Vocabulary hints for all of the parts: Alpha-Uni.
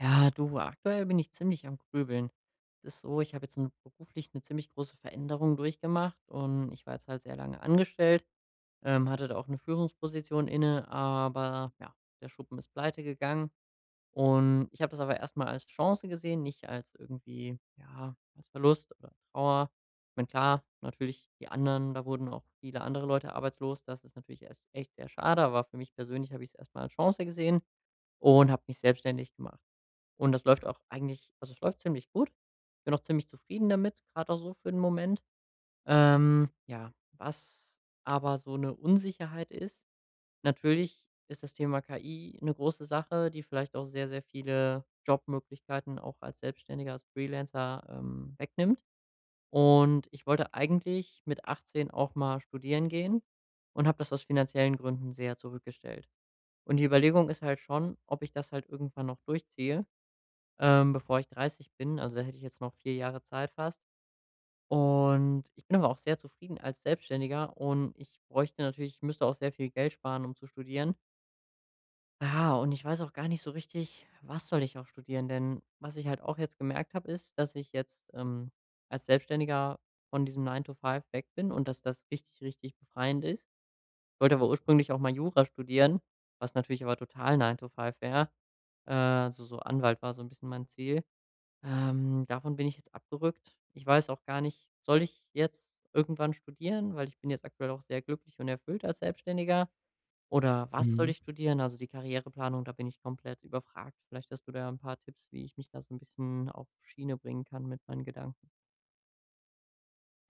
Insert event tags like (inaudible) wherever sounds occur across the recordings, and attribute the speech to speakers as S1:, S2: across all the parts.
S1: Ja, du, aktuell bin ich ziemlich am Grübeln. Es ist so, ich habe jetzt 'n beruflich eine ziemlich große Veränderung durchgemacht und ich war jetzt halt sehr lange angestellt, hatte da auch eine Führungsposition inne, aber ja, der Schuppen ist pleite gegangen und ich habe das aber erstmal als Chance gesehen, nicht als irgendwie, ja, als Verlust oder Trauer. Ich meine, klar, natürlich die anderen da wurden auch viele andere Leute arbeitslos. Das ist natürlich erst echt sehr schade, aber für mich persönlich habe ich es erstmal als Chance gesehen und habe mich selbstständig gemacht. Und das läuft auch eigentlich, also, es läuft ziemlich gut. Ich bin auch ziemlich zufrieden damit, gerade auch so für den Moment. Ja, was aber so eine Unsicherheit ist, natürlich ist das Thema KI eine große Sache, die vielleicht auch sehr, sehr viele Jobmöglichkeiten auch als Selbstständiger, als Freelancer, wegnimmt. Und ich wollte eigentlich mit 18 auch mal studieren gehen und habe das aus finanziellen Gründen sehr zurückgestellt. Und die Überlegung ist halt schon, ob ich das halt irgendwann noch durchziehe, bevor ich 30 bin. Also da hätte ich jetzt noch 4 Jahre Zeit fast. Und ich bin aber auch sehr zufrieden als Selbstständiger und ich bräuchte natürlich, ich müsste auch sehr viel Geld sparen, um zu studieren. Ja, und ich weiß auch gar nicht so richtig, was soll ich auch studieren? Denn was ich halt auch jetzt gemerkt habe, ist, dass ich jetzt, als Selbstständiger von diesem Nine to Five weg bin und dass das richtig, richtig befreiend ist. Ich wollte aber ursprünglich auch mal Jura studieren, was natürlich aber total Nine to Five wäre. Also so Anwalt war so ein bisschen mein Ziel. Davon bin ich jetzt abgerückt. Ich weiß auch gar nicht, soll ich jetzt irgendwann studieren, weil ich bin jetzt aktuell auch sehr glücklich und erfüllt als Selbstständiger, oder was soll
S2: Mhm.
S1: ich studieren? Also, die Karriereplanung, da bin ich komplett überfragt. Vielleicht hast du da ein paar Tipps, wie ich mich da so ein bisschen auf Schiene bringen kann mit meinen Gedanken.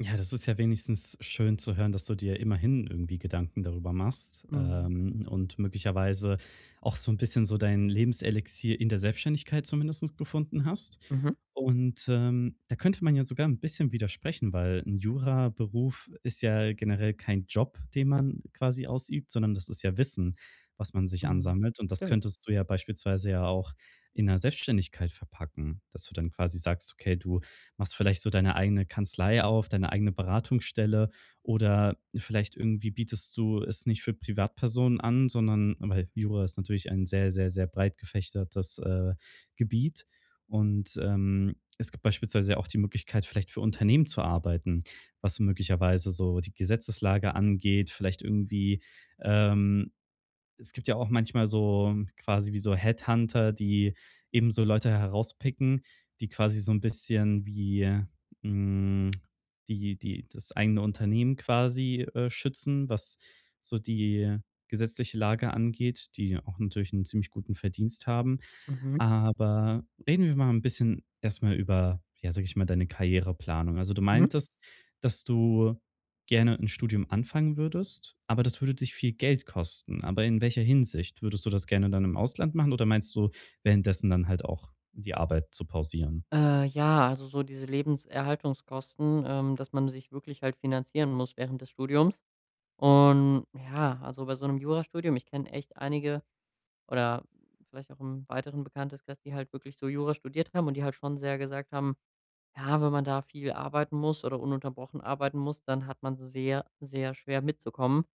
S2: Ja, das ist ja wenigstens schön zu hören, dass du dir immerhin irgendwie Gedanken darüber machst,
S1: Mhm.
S2: und möglicherweise auch so ein bisschen so dein Lebenselixier in der Selbstständigkeit zumindestens gefunden hast.
S1: Mhm.
S2: Und, da könnte man ja sogar ein bisschen widersprechen, weil 'n Juraberuf ist ja generell kein Job, den man quasi ausübt, sondern das ist ja Wissen, was man sich
S1: Mhm.
S2: ansammelt. Und das
S1: Stimmt.
S2: könntest du ja beispielsweise ja auch in der Selbstständigkeit verpacken, dass du dann quasi sagst: „Okay, du machst vielleicht so deine eigene Kanzlei auf, deine eigene Beratungsstelle oder vielleicht irgendwie bietest du es nicht für Privatpersonen an, sondern weil Jura ist natürlich ein sehr, sehr, sehr breit gefächertes Gebiet. Und es gibt beispielsweise auch die Möglichkeit, vielleicht für Unternehmen zu arbeiten, was möglicherweise so die Gesetzeslage angeht, vielleicht irgendwie ähm, es gibt ja auch manchmal so quasi wie so Headhunter, die eben so Leute herauspicken, die quasi so ein bisschen wie, hm, die das eigene Unternehmen quasi, schützen, was so die gesetzliche Lage angeht, die auch natürlich einen ziemlich guten Verdienst haben.
S1: Mhm.
S2: Aber reden wir mal ein bisschen erstmal über, ja, sag ich mal, deine Karriereplanung. Also, du
S1: Mhm.
S2: meintest, dass du gerne ein Studium anfangen würdest, aber das würde dich viel Geld kosten. Aber in welcher Hinsicht? Würdest du das gerne dann im Ausland machen oder meinst du, währenddessen dann halt auch die Arbeit zu pausieren?
S1: Ja, also, so diese Lebenserhaltungskosten, dass man sich wirklich halt finanzieren muss während des Studiums. Und ja, also, bei so einem Jurastudium, ich kenne echt einige oder vielleicht auch im weiteren Bekanntenkreis, die halt wirklich so Jura studiert haben und die halt schon sehr gesagt haben: „Ja, wenn man da viel arbeiten muss oder ununterbrochen arbeiten muss, dann hat man sehr, sehr schwer mitzukommen.“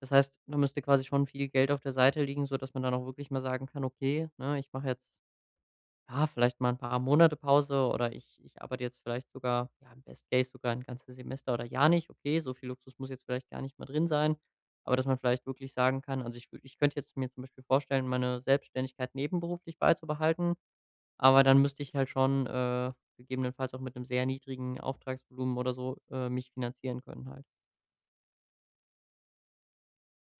S1: Das heißt, da müsste quasi schon viel Geld auf der Seite liegen, sodass man dann auch wirklich mal sagen kann: „Okay, ne, ich mache jetzt, ja, vielleicht mal ein paar Monate Pause, oder ich arbeite jetzt vielleicht sogar, ja, im Best Case sogar ein ganzes Semester oder Jahr nicht. Okay, so viel Luxus muss jetzt vielleicht gar nicht mehr drin sein, aber dass man vielleicht wirklich sagen kann, also, ich könnte jetzt mir zum Beispiel vorstellen, meine Selbstständigkeit nebenberuflich beizubehalten, aber dann müsste ich halt schon, gegebenenfalls auch mit einem sehr niedrigen Auftragsvolumen oder so, mich finanzieren können halt.“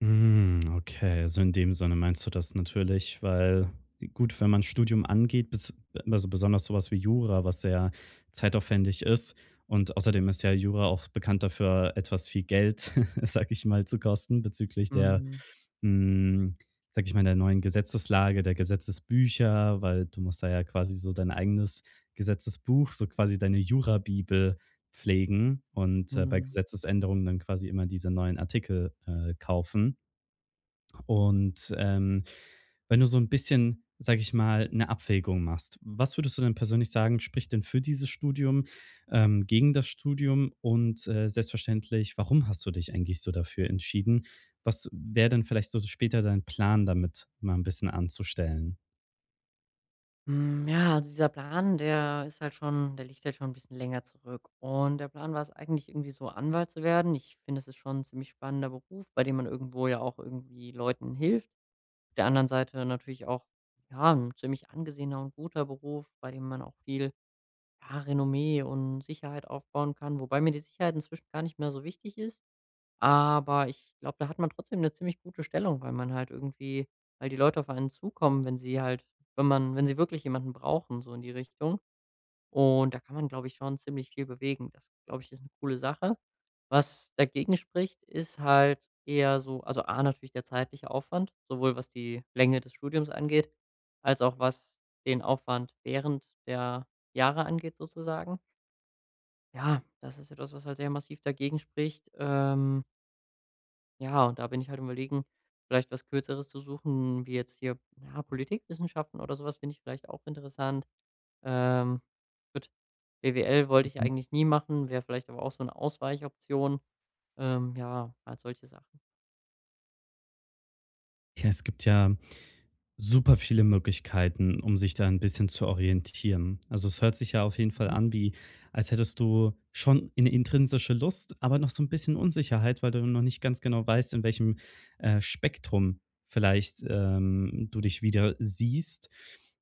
S2: Hm, okay. Also, in dem Sinne meinst du das natürlich, weil gut, wenn man Studium angeht, bes also, besonders sowas wie Jura, was sehr zeitaufwendig ist und außerdem ist ja Jura auch bekannt dafür, etwas viel Geld, (laughs) sag ich mal, zu kosten bezüglich der,
S1: Mhm,
S2: hm, sage ich mal, der neuen Gesetzeslage, der Gesetzesbücher, weil du musst da ja quasi so dein eigenes Gesetzesbuch, so quasi deine Jura-Bibel pflegen und, bei
S1: mhm.
S2: Gesetzesänderungen dann quasi immer diese neuen Artikel, kaufen. Und, wenn du so ein bisschen, sage ich mal, eine Abwägung machst, was würdest du denn persönlich sagen, spricht denn für dieses Studium, gegen das Studium und, selbstverständlich, warum hast du dich eigentlich so dafür entschieden? Was wäre denn vielleicht so später dein Plan damit, mal ein bisschen anzustellen?
S1: Hm, ja, also dieser Plan, der liegt halt schon ein bisschen länger zurück. Und der Plan war es eigentlich irgendwie so, Anwalt zu werden. Ich finde, es ist schon 'n ziemlich spannender Beruf, bei dem man irgendwo ja auch irgendwie Leuten hilft. Auf der anderen Seite natürlich auch, ja, 'n ziemlich angesehener und guter Beruf, bei dem man auch viel, ja, Renommee und Sicherheit aufbauen kann, wobei mir die Sicherheit inzwischen gar nicht mehr so wichtig ist. Aber ich glaube, da hat man trotzdem eine ziemlich gute Stellung, weil man halt irgendwie, weil die Leute auf einen zukommen, wenn sie halt, wenn man, wenn sie wirklich jemanden brauchen, so in die Richtung. Und da kann man, glaube ich, schon ziemlich viel bewegen. Das, glaube ich, ist eine coole Sache. Was dagegen spricht, ist halt eher so, also, A, natürlich der zeitliche Aufwand, sowohl was die Länge des Studiums angeht, als auch was den Aufwand während der Jahre angeht, sozusagen. Ja, das ist etwas, was halt sehr massiv dagegen spricht. Ja, und da bin ich halt am Überlegen, vielleicht was Kürzeres zu suchen, wie jetzt hier, ja, Politikwissenschaften oder sowas finde ich vielleicht auch interessant. Ähm, gut, B W L wollte ich
S2: Mhm.
S1: eigentlich nie machen, wäre vielleicht aber auch so eine Ausweichoption. Ja, halt solche Sachen.
S2: Ja, es gibt ja super viele Möglichkeiten, um sich da ein bisschen zu orientieren. Also, es hört sich ja auf jeden Fall
S1: Mhm.
S2: an wie, als hättest du schon eine intrinsische Lust, aber noch so ein bisschen Unsicherheit, weil du noch nicht ganz genau weißt, in welchem, Spektrum vielleicht, du dich wieder siehst.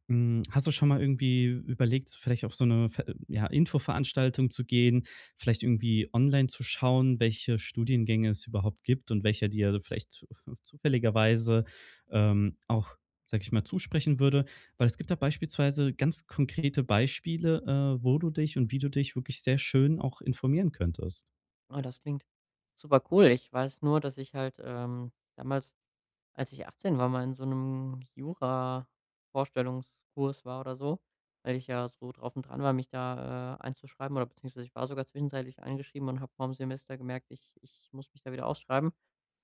S2: Hm, hast du schon mal irgendwie überlegt, vielleicht auf so eine Ver ja, Infoveranstaltung zu gehen, vielleicht irgendwie online zu schauen, welche Studiengänge es überhaupt gibt und welcher dir vielleicht zu zufälligerweise, auch sage ich mal, zusprechen würde, weil es gibt da beispielsweise ganz konkrete Beispiele, wo du dich und wie du dich wirklich sehr schön auch informieren könntest. (laughs)
S1: Ah, das klingt super cool. Ich weiß nur, dass ich halt, damals, als ich 18 war, mal in so einem Jura-Vorstellungskurs war oder so, weil ich ja so drauf und dran war, mich da, einzuschreiben, oder beziehungsweise ich war sogar zwischenzeitlich eingeschrieben und habe vor dem Semester gemerkt, ich muss mich da wieder ausschreiben.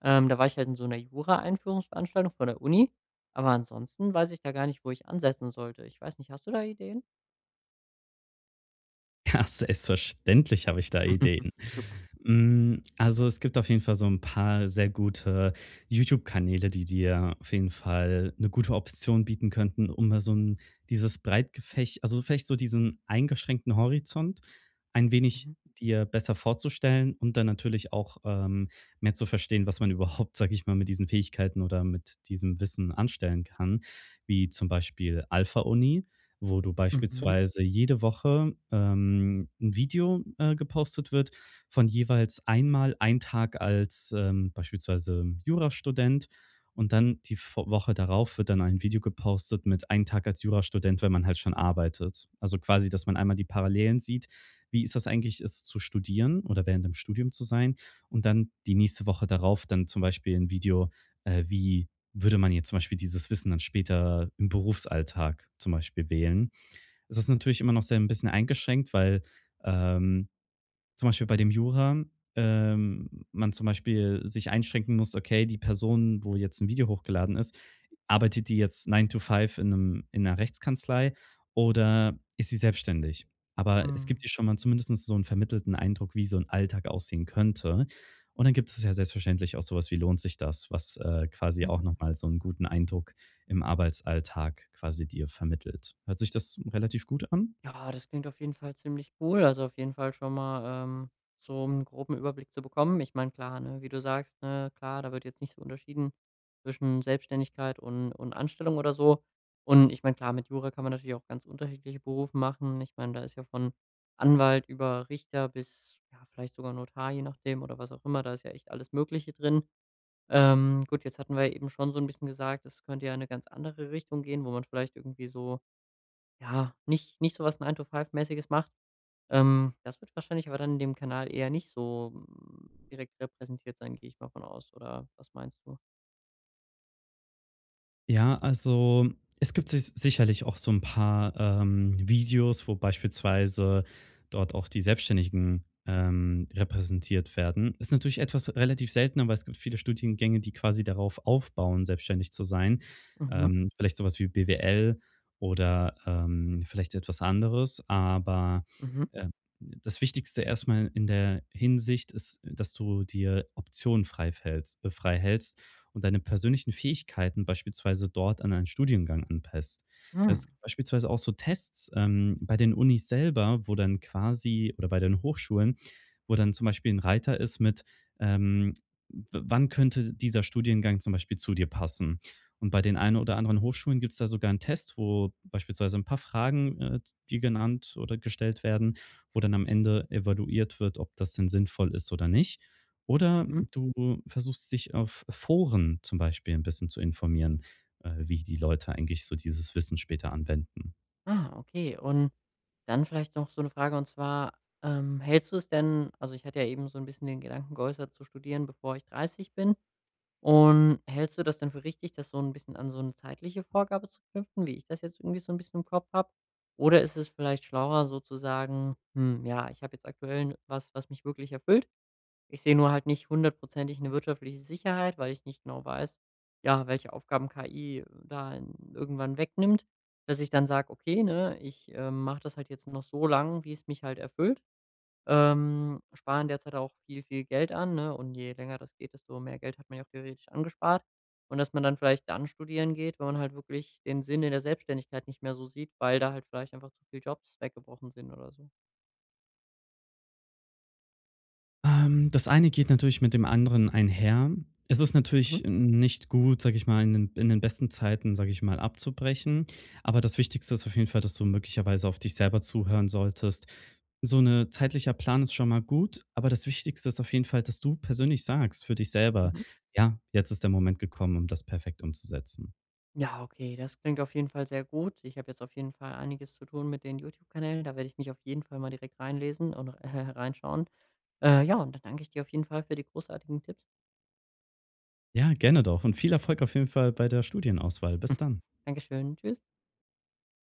S1: Da war ich halt in so einer Jura-Einführungsveranstaltung von der Uni, aber ansonsten weiß ich da gar nicht, wo ich ansetzen sollte. Ich weiß nicht, hast du da Ideen?
S2: Ja, selbstverständlich habe ich da Ideen.
S1: (laughs) Super.
S2: Hm, also, es gibt auf jeden Fall so ein paar sehr gute YouTube-Kanäle, die dir auf jeden Fall eine gute Option bieten könnten, um mal so 'n dieses breit also, vielleicht so diesen eingeschränkten Horizont ein wenig
S1: Mhm.
S2: dir besser vorzustellen und dann natürlich auch, mehr zu verstehen, was man überhaupt, sage ich mal, mit diesen Fähigkeiten oder mit diesem Wissen anstellen kann, wie zum Beispiel Alpha-Uni, wo du
S1: Mhm.
S2: beispielsweise jede Woche, 'n Video, gepostet wird, von jeweils einmal ein Tag als, beispielsweise Jurastudent und dann die Vo Woche darauf wird dann ein Video gepostet mit ein Tag als Jurastudent, wenn man halt schon arbeitet. Also, quasi, dass man einmal die Parallelen sieht. Wie ist das eigentlich, es zu studieren oder während dem Studium zu sein? Und dann die nächste Woche darauf dann zum Beispiel ein Video, wie würde man jetzt zum Beispiel dieses Wissen dann später im Berufsalltag zum Beispiel wählen? Es ist natürlich immer noch sehr ein bisschen eingeschränkt, weil, ähm, zum Beispiel bei dem Jura, man zum Beispiel sich einschränken muss, okay, die Person, wo jetzt ein Video hochgeladen ist, arbeitet die jetzt Nine to Five in einer Rechtskanzlei oder ist sie selbstständig? Aber es
S1: Mhm.
S2: gibt dir schon mal zumindest so einen vermittelten Eindruck, wie so ein Alltag aussehen könnte. Und dann gibt es ja selbstverständlich auch sowas wie „Lohnt sich das?“, was, quasi auch noch mal so einen guten Eindruck im Arbeitsalltag quasi dir vermittelt. Hört sich das relativ gut an?
S1: Ja, das klingt auf jeden Fall ziemlich cool. Also auf jeden Fall schon mal, so einen groben Überblick zu bekommen. Ich meine, klar, ne, wie du sagst, ne, klar, da wird jetzt nicht so unterschieden zwischen Selbstständigkeit und Anstellung oder so. Und ich meine, klar, mit Jura kann man natürlich auch ganz unterschiedliche Berufe machen. Ich meine, da ist ja von Anwalt über Richter bis, ja, vielleicht sogar Notar, je nachdem oder was auch immer, da ist ja echt alles Mögliche drin. Gut, jetzt hatten wir eben schon so ein bisschen gesagt, es könnte ja in 'ne ganz andere Richtung gehen, wo man vielleicht irgendwie so, ja, nicht so was 9 to 5 mäßiges macht. Das wird wahrscheinlich aber dann in dem Kanal eher nicht so direkt repräsentiert sein, gehe ich mal von aus, oder was meinst du?
S2: Ja, also es gibt sich sicherlich auch so ein paar, Videos, wo beispielsweise dort auch die Selbstständigen, repräsentiert werden. Ist natürlich etwas relativ seltener, weil es gibt viele Studiengänge, die quasi darauf aufbauen, selbstständig zu sein.
S1: Mhm,
S2: Vielleicht so was wie BWL oder, vielleicht etwas anderes, aber,
S1: mhm,
S2: ähm, das Wichtigste erstmal in der Hinsicht ist, dass du dir Optionen frei hältst und deine persönlichen Fähigkeiten beispielsweise dort an einen Studiengang anpasst.
S1: hm,
S2: Es gibt beispielsweise auch so Tests bei den Unis selber, wo dann quasi oder bei den Hochschulen, wo dann zum Beispiel ein Reiter ist mit, ähm, wann könnte dieser Studiengang zum Beispiel zu dir passen. Und bei den einen oder anderen Hochschulen gibt es da sogar einen Test, wo beispielsweise ein paar Fragen, die genannt oder gestellt werden, wo dann am Ende evaluiert wird, ob das denn sinnvoll ist oder nicht. Oder
S1: mhm.
S2: du versuchst dich auf Foren zum Beispiel ein bisschen zu informieren, wie die Leute eigentlich so dieses Wissen später anwenden.
S1: Ah, okay. Und dann vielleicht noch so eine Frage, und zwar, hältst du es denn, also, ich hatte ja eben so ein bisschen den Gedanken geäußert, zu studieren, bevor ich 30 bin. Und hältst du das denn für richtig, das so ein bisschen an so eine zeitliche Vorgabe zu knüpfen, wie ich das jetzt irgendwie so ein bisschen im Kopf habe? Oder ist es vielleicht schlauer, so zu sagen: „Hm, ja, ich habe jetzt aktuell was, was mich wirklich erfüllt. Ich sehe nur halt nicht hundertprozentig eine wirtschaftliche Sicherheit, weil ich nicht genau weiß, ja, welche Aufgaben KI da irgendwann wegnimmt“, dass ich dann sage: „Okay, ne, ich, mache das halt jetzt noch so lang, wie es mich halt erfüllt.“ Sparen derzeit auch viel, viel Geld an, ne? Und je länger das geht, desto mehr Geld hat man ja auch theoretisch angespart. Und dass man dann vielleicht dann studieren geht, wenn man halt wirklich den Sinn in der Selbstständigkeit nicht mehr so sieht, weil da halt vielleicht einfach zu viele Jobs weggebrochen sind oder so.
S2: Das eine geht natürlich mit dem anderen einher. Es ist
S1: Mhm.
S2: natürlich nicht gut, sage ich mal, in den besten Zeiten, sage ich mal, abzubrechen, aber das Wichtigste ist auf jeden Fall, dass du möglicherweise auf dich selber zuhören solltest. So 'ne zeitlicher Plan ist schon mal gut, aber das Wichtigste ist auf jeden Fall, dass du persönlich sagst für dich selber:
S1: Mhm.
S2: „Ja, jetzt ist der Moment gekommen, um das perfekt umzusetzen.“
S1: Ja, okay, das klingt auf jeden Fall sehr gut. Ich habe jetzt auf jeden Fall einiges zu tun mit den YouTube-Kanälen. Da werde ich mich auf jeden Fall mal direkt reinlesen und (laughs) reinschauen. Ja, und dann danke ich dir auf jeden Fall für die großartigen Tipps.
S2: Ja, gerne doch und viel Erfolg auf jeden Fall bei der Studienauswahl. Bis dann.
S1: (laughs) Dankeschön. Tschüss.